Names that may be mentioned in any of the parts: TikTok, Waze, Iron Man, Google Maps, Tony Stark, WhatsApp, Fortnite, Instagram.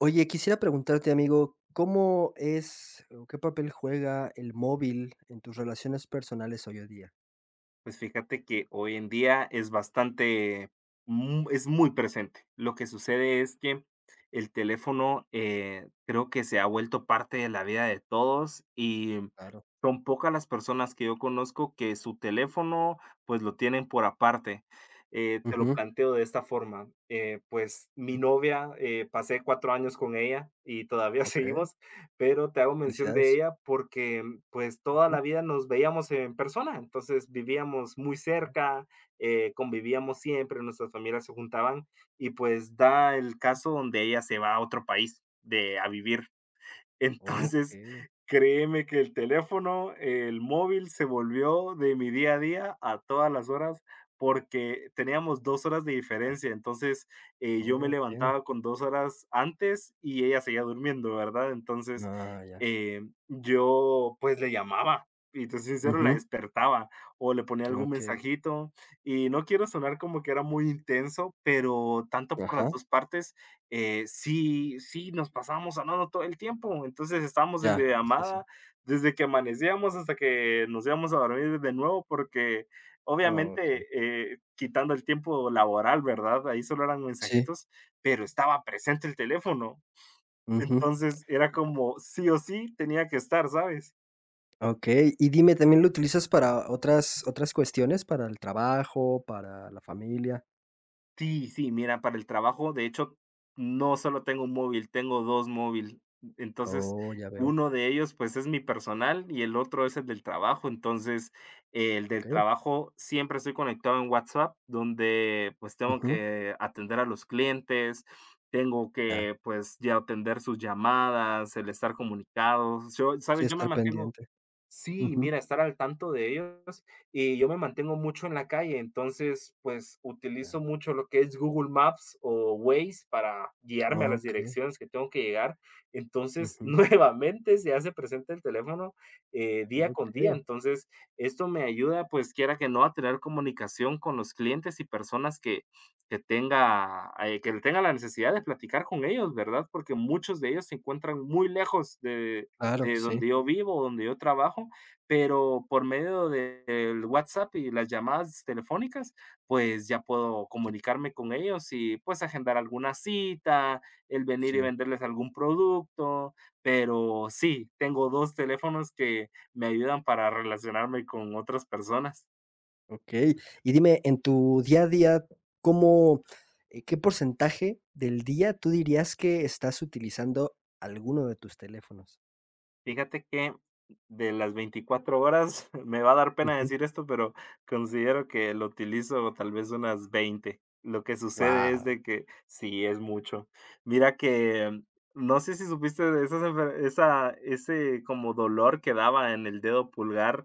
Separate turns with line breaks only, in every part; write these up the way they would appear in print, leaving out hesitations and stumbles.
Oye, quisiera preguntarte, amigo, ¿cómo es o qué papel juega el móvil en tus relaciones personales hoy en día?
Pues fíjate que hoy en día es bastante, es muy presente. Lo que sucede es que el teléfono creo que se ha vuelto parte de la vida de todos y
Claro.
son pocas las personas que yo conozco que su teléfono pues lo tienen por aparte. Te lo
Ujú.
planteo de esta forma. Pues mi
Bien.
novia, pasé 4 años con ella y todavía seguimos. Pero te hago mención de
Felicidades.
ella porque, pues, toda
Ujú.
la vida nos veíamos en persona. Entonces vivíamos muy cerca, convivíamos siempre, nuestras familias se juntaban y pues da el caso donde ella se va a otro país de a vivir. Entonces,
Okey,
créeme que el teléfono, el móvil se volvió de mi día a día a todas las horas porque teníamos 2 horas de
ya.
diferencia. Entonces, yo me
Okey.
levantaba con 2 horas antes y ella seguía durmiendo, ¿verdad? Entonces,
Ah, ya.
eh, yo, pues, le llamaba y te soy sincero, la
Ujú.
despertaba o le ponía algún
Okey.
mensajito. Y no quiero sonar como que era muy intenso, pero tanto por
Ajá.
las 2 partes sí, sí, nos pasábamos hablando todo el tiempo. Entonces estábamos en
Ya. Sí, sí.
videollamada desde que amanecíamos hasta que nos íbamos a dormir de nuevo, porque
Okey.
obviamente, quitando el tiempo laboral, ¿verdad? Ahí solo eran
Sí.
mensajitos, pero estaba presente el teléfono.
Ujú.
Entonces era como sí o sí tenía que estar, ¿sabes?
Okey. Y dime, ¿también lo utilizas para otras cuestiones, para el trabajo, para la familia?
Sí, sí, mira, para el trabajo, de hecho, no solo tengo un móvil, tengo 2 móviles. Entonces,
Oh, ya veo.
uno de ellos, pues, es mi personal y el otro es el del trabajo. Entonces, el del
Okey.
trabajo siempre estoy conectado en WhatsApp, donde, pues, tengo
Ujú.
que atender a los clientes, tengo
Ya.
que, pues, ya atender sus llamadas, el estar comunicados. Yo,
Sí,
¿sabes? Yo me
estar
mantengo.
pendiente.
Sí,
Ujú.
mira, estar al tanto de ellos y yo me mantengo mucho en la calle. Entonces, pues, utilizo
Ya.
mucho lo que es Google Maps o Waze para guiarme a las
Okey,
direcciones que tengo que llegar. Entonces,
ujú,
nuevamente se hace presente el teléfono, día con día.
okey,
Entonces, esto me ayuda, pues, quiera que no, a tener comunicación con los clientes y personas que tenga la necesidad de platicar con ellos, ¿verdad? Porque muchos de ellos se encuentran muy lejos de
claro, sí,
donde yo vivo, donde yo trabajo, pero por medio del WhatsApp y las llamadas telefónicas, pues ya puedo
sí,
comunicarme con ellos y pues agendar alguna cita, el venir y
sí,
venderles algún producto, pero sí, tengo 2 teléfonos que me ayudan para relacionarme con otras personas.
okey. Y dime, en tu día a día, ¿cómo, qué porcentaje del día tú dirías que estás utilizando alguno de tus teléfonos?
Fíjate que de las 24 horas, me va a dar pena
Ujú.
decir esto, pero considero que lo utilizo tal vez unas 20. Lo que sucede es
Guau.
de que sí, es mucho. Mira que, no sé si supiste de esas enfer esa ese como dolor que daba en el dedo pulgar,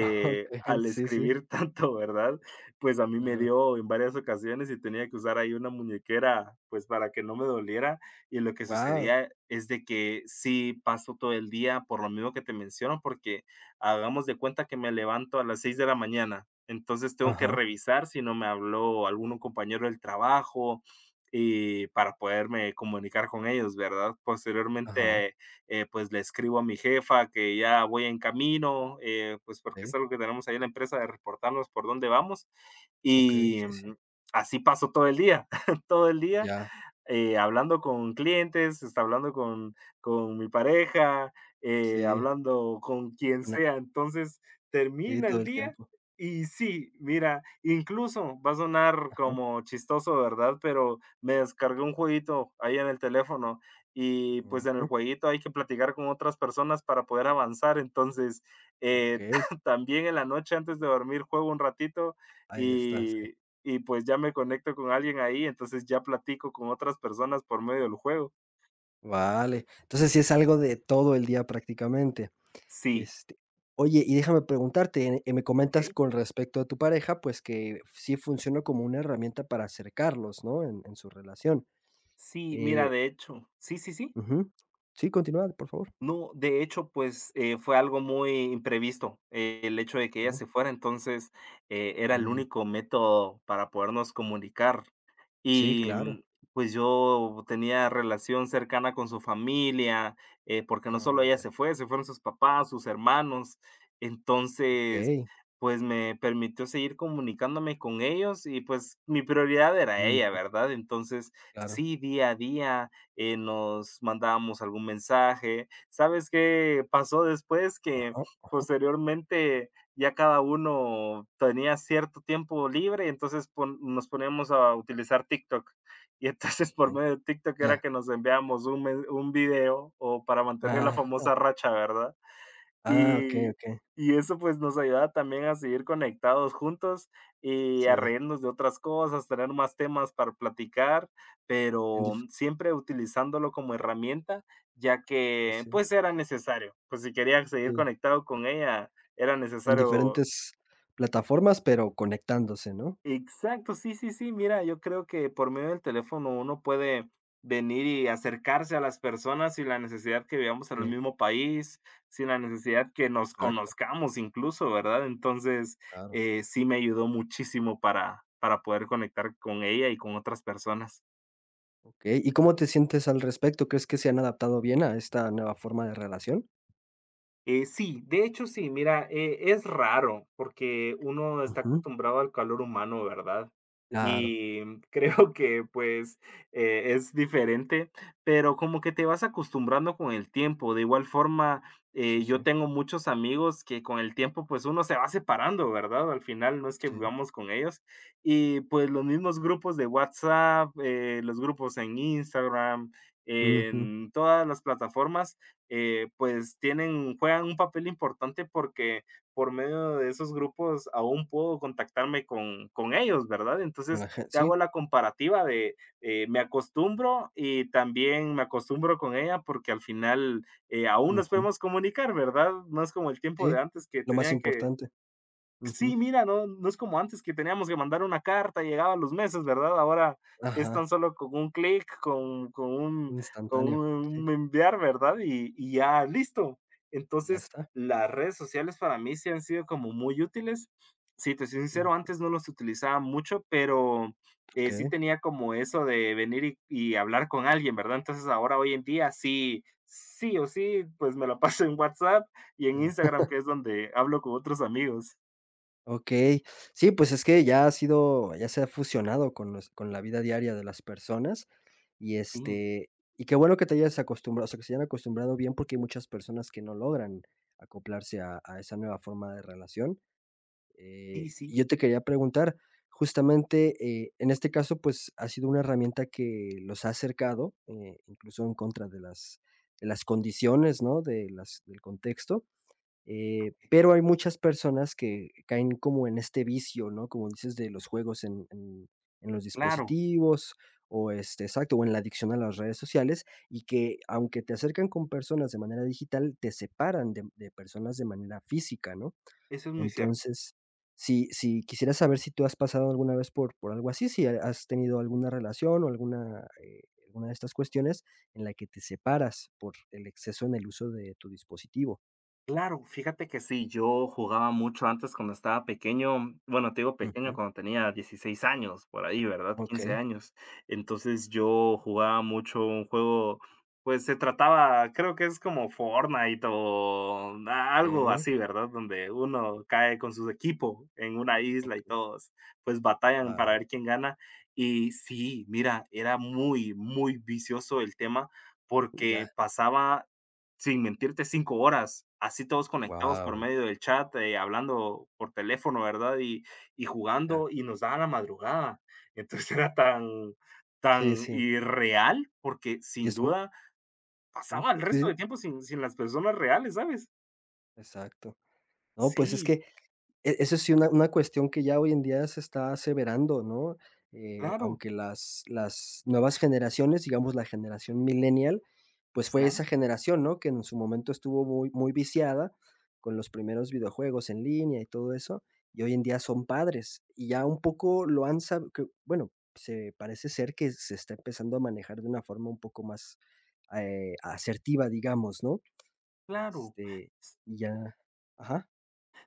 Okey,
al
sí, sí,
escribir tanto, ¿verdad? Pues a mí me
claro.
dio en varias ocasiones y tenía que usar ahí una muñequera, pues, para que no me doliera. Y lo que
Guau.
sucedía es de que sí paso todo el día, por lo mismo que te menciono, porque hagamos de cuenta que me levanto a las 6 de la mañana. Entonces tengo que
Ajá,
revisar si no me habló algún compañero del trabajo, y para poderme comunicar con ellos, ¿verdad?
ajá,
Posteriormente, pues le escribo a mi jefa que ya voy en camino, pues porque es
okey,
algo que tenemos ahí en la empresa de reportarnos por dónde vamos
okey,
y,
sí, sí,
así paso todo el día, todo el día
ya,
hablando con clientes, está hablando con mi pareja,
sí,
hablando con quien
una
sea. Entonces,
sí,
termina
todo
el
el
día
tiempo.
y sí, mira, incluso va a sonar
Ajá,
como chistoso, ¿verdad? Pero me descargué un jueguito ahí en el teléfono y, pues, en el
ujú,
jueguito hay que platicar con otras personas para poder avanzar. Entonces, eh,
okey,
también en la noche antes de dormir juego un ratito
ahí está, sí.
y y pues ya me conecto con alguien ahí. Entonces ya platico con otras personas por medio del juego.
Vale. Entonces, sí es algo de todo el día prácticamente.
Sí.
Este, oye, y déjame preguntarte, me comentas
Okey.
con respecto a tu pareja, pues que sí funcionó como una herramienta para acercarlos, ¿no? En su relación.
Sí, mira,
Eh,
de hecho, sí, sí, sí.
ujú. Sí, continúa, por favor.
No, de hecho, pues, fue algo muy imprevisto, el hecho de que ella
Okey.
se fuera. Entonces, era el
Mm,
único método para podernos comunicar.
sí,
Y,
claro.
pues, yo tenía relación cercana con su familia, porque no solo
Ah,
ella
ya.
se fue, se fueron sus papás, sus hermanos. Entonces,
Okey.
pues, me permitió seguir comunicándome con ellos y, pues, mi prioridad era
Ujú,
ella, ¿verdad? Entonces,
claro.
sí, día a día, nos mandábamos algún mensaje. ¿Sabes qué pasó después? Que
Ajá,
posteriormente, ya cada uno tenía cierto tiempo libre, entonces nos poníamos a utilizar TikTok. Y entonces por
okey.
medio de TikTok era
Ya.
que nos enviábamos un video o para mantener la
Ah,
famosa racha, ¿verdad?
ah, okey,
Y,
okey.
y eso pues nos ayudaba también a seguir conectados juntos y a
Sí,
reírnos de otras cosas, tener más temas para platicar,
en
pero
dif
siempre utilizándolo como herramienta, ya
pues
que
sí,
pues era necesario, pues si quería seguir
sí,
conectado con ella, era
en
necesario.
diferentes plataformas, pero conectándose, ¿no?
Exacto, sí, sí, sí. Mira, yo creo que por medio del teléfono uno puede venir y acercarse a las personas sin la necesidad que vivamos en el
Sí,
mismo país, sin la necesidad que nos
exacto.
conozcamos incluso, ¿verdad? Entonces,
Claro.
sí me ayudó muchísimo para poder conectar con ella y con otras personas.
Okey, ¿y cómo te sientes al respecto? ¿Crees que se han adaptado bien a esta nueva forma de relación?
Sí, de hecho sí, mira, es raro porque uno está
Ujú.
acostumbrado al calor humano, ¿verdad?
Claro,
Y creo que pues es diferente, pero como que te vas acostumbrando con el tiempo. De igual forma,
sí, sí,
yo tengo muchos amigos que con el tiempo pues uno se va separando, ¿verdad? Al final no es que
sí,
vivamos con ellos. Y pues los mismos grupos de WhatsApp, los grupos en Instagram,
ujú,
en todas las plataformas pues tienen, juegan un papel importante porque por medio de esos grupos aún puedo contactarme con ellos, ¿verdad?
con
Entonces
la gen
te hago
sí,
la comparativa de me acostumbro y también me acostumbro con ella porque al final aún nos
ujú,
podemos comunicar, ¿verdad? No es como el tiempo
sí,
de antes que
lo más
tenía que
importante. Ujú.
sí, mira, no, no es como antes que teníamos que mandar una carta, llegaba a los meses, ¿verdad? Ahora es tan
Ajá,
solo con un clic, con, con, un, con
instantáneo, sí,
un enviar, ¿verdad? Y ya listo.
ya
Entonces,
está,
las redes sociales para mí sí han sido como muy útiles. Sí, te soy sincero,
mm,
antes no los utilizaba mucho, pero sí
okey.
tenía como eso de venir y hablar con alguien, ¿verdad? Entonces ahora hoy en día sí, sí o sí, pues me la paso en WhatsApp y en Instagram, que es donde hablo con otros amigos.
Okey. Sí, pues es que ya ha sido ya se ha fusionado con nues con la vida diaria de las personas y,
Sí,
este, y qué bueno que te hayas acostumbrado, o sea, que se hayan acostumbrado bien, porque hay muchas personas que no logran acoplarse a esa nueva forma de relación.
sí,
Y
sí,
yo te quería preguntar, justamente, en este caso, pues, ha sido una herramienta que los ha acercado, incluso en contra de las condiciones, ¿no?, de las del contexto. Pero hay muchas personas que caen como en este vicio, ¿no? Como dices, de los juegos en los
claro,
dispositivos o este, exacto, o en la adicción a las redes sociales y que aunque te acercan con personas de manera digital, te separan de personas de manera física, ¿no?
eso es muy cierto.
Entonces, si quisiera saber si tú has pasado alguna vez por algo así, si has tenido alguna relación o alguna, alguna de estas cuestiones en la que te separas por el exceso en el uso de tu dispositivo.
Claro, fíjate que sí, yo jugaba mucho antes cuando estaba pequeño, bueno, te digo pequeño,
Ujú,
cuando tenía 16 años, por ahí, ¿verdad?
ok.
15 años. Entonces yo jugaba mucho un juego, pues se trataba, creo que es como Fortnite o algo
Okey,
así, ¿verdad? Donde uno cae con su equipo en una isla y
okey,
todos pues batallan para
va,
ver quién gana. Y sí, mira, era muy, muy vicioso el tema
ya,
porque pasaba sin mentirte, 5 horas, así todos conectados por
guau,
medio del chat, hablando por teléfono, ¿verdad? Y
ya.
jugando, y nos daba la madrugada. Entonces, era tan
Sí,
tan
sí,
irreal, porque
y
sin
es mu
duda
sí,
pasaba el
sí,
resto
sí,
del tiempo sin las personas reales, ¿sabes?
exacto. No, pues, es
Sí,
que E eso sí, una cuestión que ya hoy en día se está aseverando, ¿no?
claro,
Aunque las nuevas generaciones, digamos, la generación millennial, pues, fue
claro,
esa generación, ¿no? Que en su momento estuvo muy muy viciada con los primeros videojuegos en línea y todo eso, y hoy en día son padres, y ya un poco lo han sab bueno, se parece ser que se está empezando a manejar de una forma un poco más, asertiva, digamos, ¿no?
claro.
Este, y ya ajá,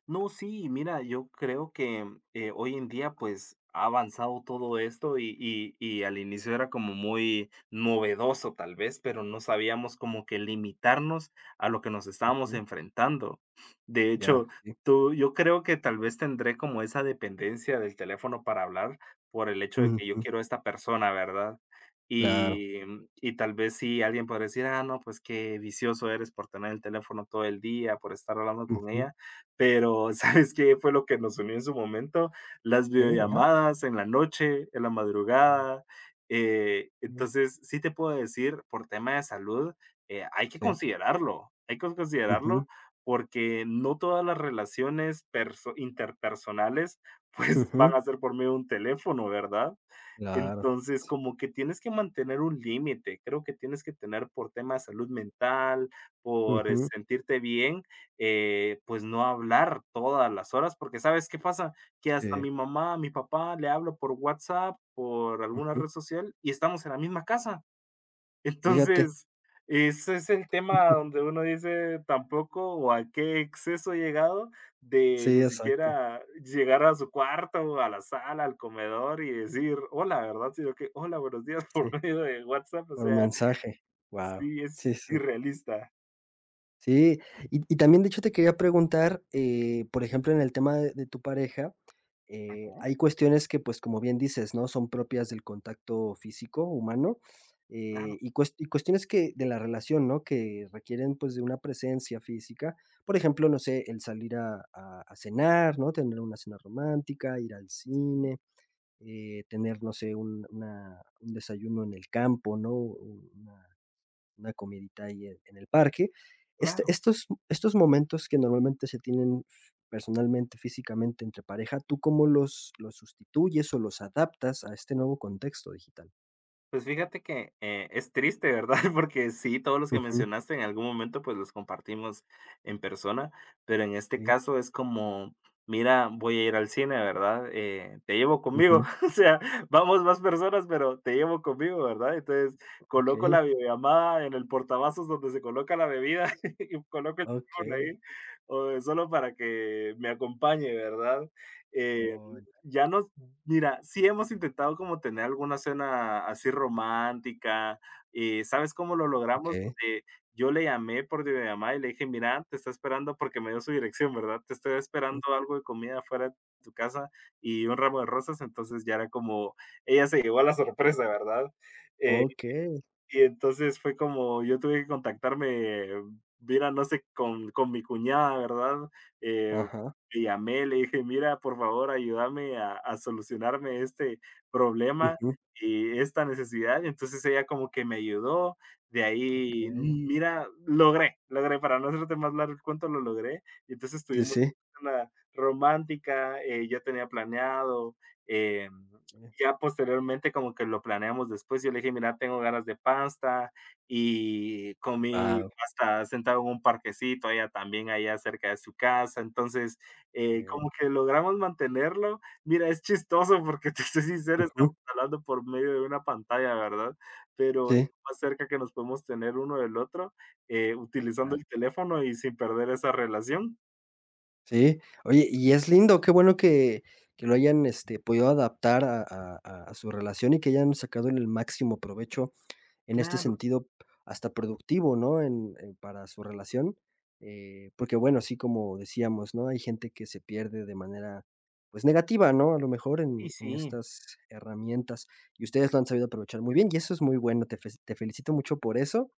No, sí, mira, yo creo que, hoy en día, pues, ha avanzado todo esto y al inicio era como muy novedoso, tal vez, pero no sabíamos como que limitarnos a lo que nos estábamos
ujú,
enfrentando. De
ya,
hecho,
sí.
tú yo creo que tal vez tendré como esa dependencia del teléfono para hablar por el hecho de que yo
Ujú,
quiero a esta persona, ¿verdad?
claro.
Y y tal vez sí, alguien podría decir: "Ah, no, pues qué vicioso eres por tener el teléfono todo el día, por estar hablando con
Ujú.
ella", pero ¿sabes qué fue lo que nos unió en su momento? Las
Okey, ajá.
videollamadas en la noche, en la madrugada.
Ujú,
Entonces, sí te puedo decir, por tema de salud,
sí.
hay que
Ujú,
considerarlo porque no todas las relaciones interpersonales pues van
ujú,
a ser por medio de un teléfono, ¿verdad?
claro.
Entonces, como que tienes que mantener un límite, creo que tienes que tener por tema de salud mental, por
Ujú,
sentirte bien, pues no hablar todas las horas, porque ¿sabes qué pasa? Que hasta
sí,
mi mamá, mi papá le hablo por WhatsApp, por alguna
ujú.
red social y estamos en la misma casa.
Fíjate.
Entonces, ese es el tema donde uno dice tampoco o a qué exceso he llegado de
Sí,
ni
exacto.
siquiera llegar a su cuarto a la sala, al comedor y decir hola, ¿verdad? Sino que hola, buenos días por
Sí,
medio de WhatsApp, o
por
sea,
mensaje. Guau.
sí es
Sí, sí.
irrealista.
Sí, y también, de hecho, te quería preguntar, por ejemplo, en el tema de tu pareja,
Ajá,
hay cuestiones que, pues, como bien dices, ¿no?, son propias del contacto físico humano,
claro,
y cuestiones que de la relación, ¿no?, que requieren, pues, de una presencia física. Por ejemplo, no sé, el salir a cenar, ¿no?, tener una cena romántica, ir al
sí,
cine, tener, no sé, un desayuno en el campo, ¿no? Una comidita ahí en el parque. Este
claro.
estos estos momentos que normalmente se tienen f- personalmente, físicamente entre pareja, ¿tú cómo los sustituyes o los adaptas a este nuevo contexto digital?
Pues fíjate que, es triste, ¿verdad? Porque sí, todos los que
Ujú,
mencionaste en algún momento, pues, los compartimos en persona, pero en este
sí,
caso es como, mira, voy a ir al cine, ¿verdad? Te llevo conmigo,
ujú,
o sea, vamos más personas, pero te llevo conmigo, ¿verdad? Entonces, coloco la
okey,
videollamada en el portavasos donde se coloca la bebida y coloco el teléfono
okey,
ahí, o solo para que me acompañe, ¿verdad? Eh,
oh, ya,
ya no Mira, sí hemos intentado como tener alguna cena así romántica, ¿sabes cómo lo logramos?
okey,
Eh, yo le llamé por videollamada y le dije: "Mira, te está esperando", porque me dio su dirección, ¿verdad? "Te estoy
mm,
esperando algo de comida afuera de tu casa y un ramo de rosas". Entonces ya era como ella se llevó a la sorpresa, ¿verdad? Eh
okey,
y entonces fue como yo tuve que contactarme, mira, no sé, con mi cuñada, ¿verdad? Eh,
ajá,
Le llamé, le dije: "Mira, por favor, ayúdame a solucionarme este problema
ujú,
y esta necesidad". Y entonces ella como que me ayudó, de ahí:
okey,
"Mm, mira, logré, logré, para no hacerte más largo el cuento, lo logré". Y entonces
sí,
tuvimos
sí,
una romántica, yo tenía planeado, em
wow,
ya posteriormente como que lo planeamos después. Yo le dije: "Mira, tengo ganas de pasta", y comí
guau,
pasta sentado en un parquecito, ella también allá cerca de su casa. Entonces, como que logramos mantenerlo. Mira, es chistoso porque, te soy sincero, estamos
ujú,
hablando por medio de una pantalla, ¿verdad? Pero es
sí.
lo más cerca que nos podemos tener uno del otro, utilizando el teléfono y sin perder esa relación.
Sí, oye, y es lindo, qué bueno que lo hayan, este, podido adaptar a su relación y que hayan sacado el máximo provecho en este
Claro,
sentido, hasta productivo, ¿no? En para su relación, porque, bueno, sí, como decíamos, ¿no? Hay gente que se pierde de manera, pues, negativa, ¿no? A lo mejor
sí,
en
sí.
estas herramientas, y ustedes lo han sabido aprovechar muy bien, y eso es muy bueno, te felicito mucho por eso.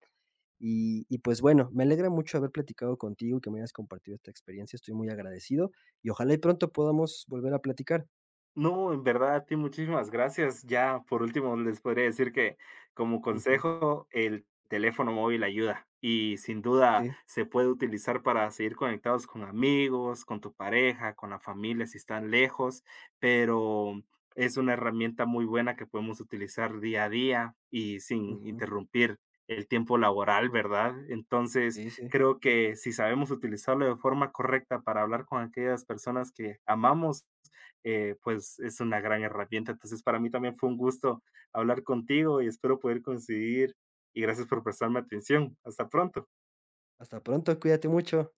Y pues bueno, me alegra mucho haber platicado contigo y que me hayas compartido esta experiencia, estoy muy agradecido y ojalá y pronto podamos volver a platicar.
No, en verdad, a ti muchísimas gracias. Ya, por último, les podría decir que como
Ujú,
consejo, el teléfono móvil ayuda y sin duda
sí,
se puede utilizar para seguir conectados con amigos, con tu pareja, con la familia si están lejos, pero es una herramienta muy buena que podemos utilizar día a día y sin
ujú,
interrumpir el tiempo laboral, ¿verdad? Entonces,
sí, sí.
creo que si sabemos utilizarlo de forma correcta para hablar con aquellas personas que amamos, pues es una gran herramienta. Entonces, para mí también fue un gusto hablar contigo y espero poder coincidir. Y gracias por prestarme atención. Hasta pronto.
Hasta pronto, cuídate mucho.